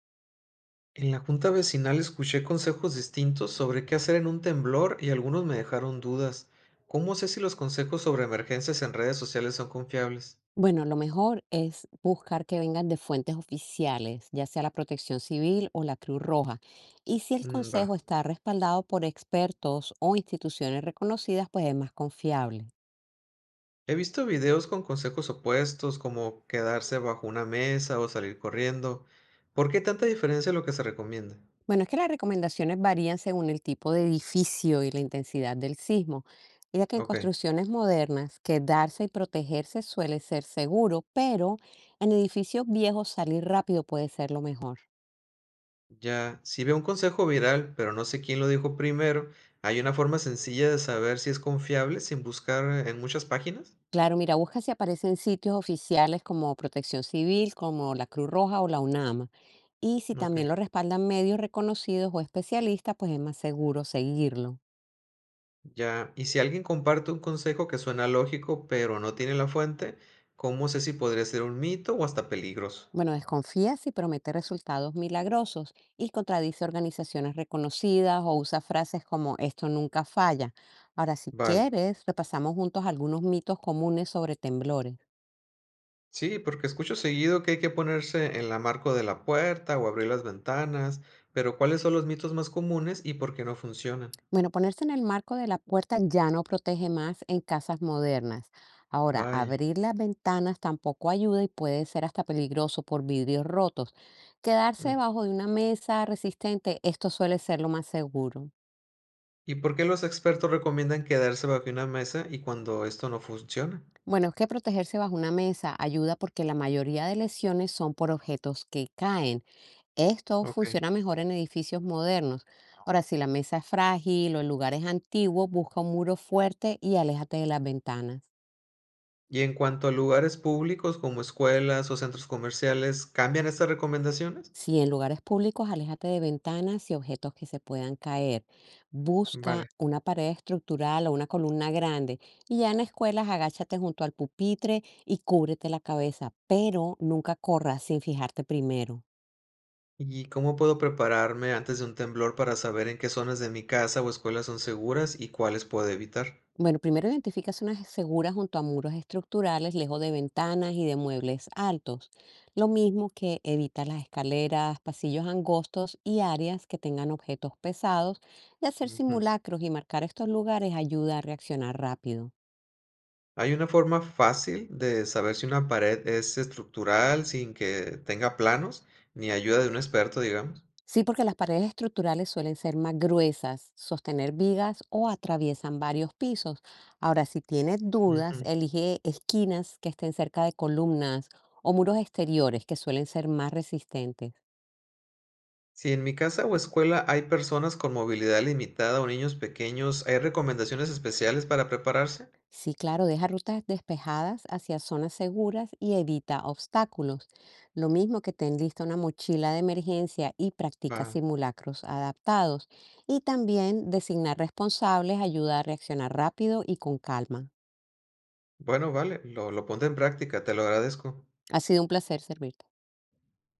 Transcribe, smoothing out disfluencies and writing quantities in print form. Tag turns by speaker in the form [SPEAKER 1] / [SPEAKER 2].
[SPEAKER 1] En la junta vecinal escuché consejos distintos sobre qué hacer en un temblor y algunos me dejaron dudas. ¿Cómo sé si los consejos sobre emergencias en redes sociales son confiables?
[SPEAKER 2] Bueno, lo mejor es buscar que vengan de fuentes oficiales, ya sea la Protección Civil o la Cruz Roja. Y si el
[SPEAKER 1] Mm, va.
[SPEAKER 2] consejo está respaldado por expertos o instituciones reconocidas, pues es más confiable.
[SPEAKER 1] He visto videos con consejos opuestos, como quedarse bajo una mesa o salir corriendo. ¿Por qué tanta diferencia en lo que se recomienda?
[SPEAKER 2] Bueno, es que las recomendaciones varían según el tipo de edificio y la intensidad del sismo, ya que en
[SPEAKER 1] Ok,
[SPEAKER 2] construcciones modernas quedarse y protegerse suele ser seguro, pero en edificios viejos salir rápido puede ser lo mejor.
[SPEAKER 1] ya. Si veo un consejo viral, pero no sé quién lo dijo primero, ¿hay una forma sencilla de saber si es confiable sin buscar en muchas páginas?
[SPEAKER 2] Claro, mira, busca si aparecen sitios oficiales como Protección Civil, como la Cruz Roja o la UNAMA. Y si
[SPEAKER 1] Ok.
[SPEAKER 2] también lo respaldan medios reconocidos o especialistas, pues es más seguro seguirlo.
[SPEAKER 1] Ya, y si alguien comparte un consejo que suena lógico, pero no tiene la fuente, ¿cómo sé si podría ser un mito o hasta peligroso?
[SPEAKER 2] Bueno, desconfía si promete resultados milagrosos y contradice organizaciones reconocidas o usa frases como esto nunca falla. Ahora, si
[SPEAKER 1] Vale.
[SPEAKER 2] quieres, repasamos juntos algunos mitos comunes sobre temblores.
[SPEAKER 1] Sí, porque escucho seguido que hay que ponerse en la marco de la puerta o abrir las ventanas, pero ¿cuáles son los mitos más comunes y por qué no funcionan?
[SPEAKER 2] Bueno, ponerse en el marco de la puerta ya no protege más en casas modernas. Ahora,
[SPEAKER 1] Vaya.
[SPEAKER 2] abrir las ventanas tampoco ayuda y puede ser hasta peligroso por vidrios rotos. Quedarse
[SPEAKER 1] Mm.
[SPEAKER 2] bajo de una mesa resistente, esto suele ser lo más seguro.
[SPEAKER 1] ¿Y por qué los expertos recomiendan quedarse bajo una mesa y cuando esto no funciona?
[SPEAKER 2] Bueno, es que protegerse bajo una mesa ayuda porque la mayoría de lesiones son por objetos que caen. Esto
[SPEAKER 1] Ok.
[SPEAKER 2] funciona mejor en edificios modernos. Ahora, si la mesa es frágil o el lugar es antiguo, busca un muro fuerte y aléjate de las ventanas.
[SPEAKER 1] Y en cuanto a lugares públicos como escuelas o centros comerciales, ¿cambian estas recomendaciones?
[SPEAKER 2] Si en lugares públicos, aléjate de ventanas y objetos que se puedan caer. Busca
[SPEAKER 1] Vale.
[SPEAKER 2] una pared estructural o una columna grande. Y ya en escuelas, agáchate junto al pupitre y cúbrete la cabeza, pero nunca corras sin fijarte primero.
[SPEAKER 1] ¿Y cómo puedo prepararme antes de un temblor para saber en qué zonas de mi casa o escuela son seguras y cuáles puedo evitar?
[SPEAKER 2] Bueno, primero identifica zonas seguras junto a muros estructurales, lejos de ventanas y de muebles altos. Lo mismo que evita las escaleras, pasillos angostos y áreas que tengan objetos pesados. Y hacer
[SPEAKER 1] Ujú.
[SPEAKER 2] simulacros y marcar estos lugares ayuda a reaccionar rápido.
[SPEAKER 1] ¿Hay una forma fácil de saber si una pared es estructural sin que tenga planos ni ayuda de un experto, digamos?
[SPEAKER 2] Sí, porque las paredes estructurales suelen ser más gruesas, sostener vigas o atraviesan varios pisos. Ahora, si tienes dudas,
[SPEAKER 1] Ujú.
[SPEAKER 2] elige esquinas que estén cerca de columnas o muros exteriores que suelen ser más resistentes.
[SPEAKER 1] Si en mi casa o escuela hay personas con movilidad limitada o niños pequeños, ¿hay recomendaciones especiales para prepararse?
[SPEAKER 2] Sí, claro, deja rutas despejadas hacia zonas seguras y evita obstáculos. Lo mismo que ten lista una mochila de emergencia y practica
[SPEAKER 1] Va.
[SPEAKER 2] simulacros adaptados. Y también designar responsables ayuda a reaccionar rápido y con calma.
[SPEAKER 1] Bueno, vale, lo pondré en práctica, te lo agradezco.
[SPEAKER 2] Ha sido un placer servirte.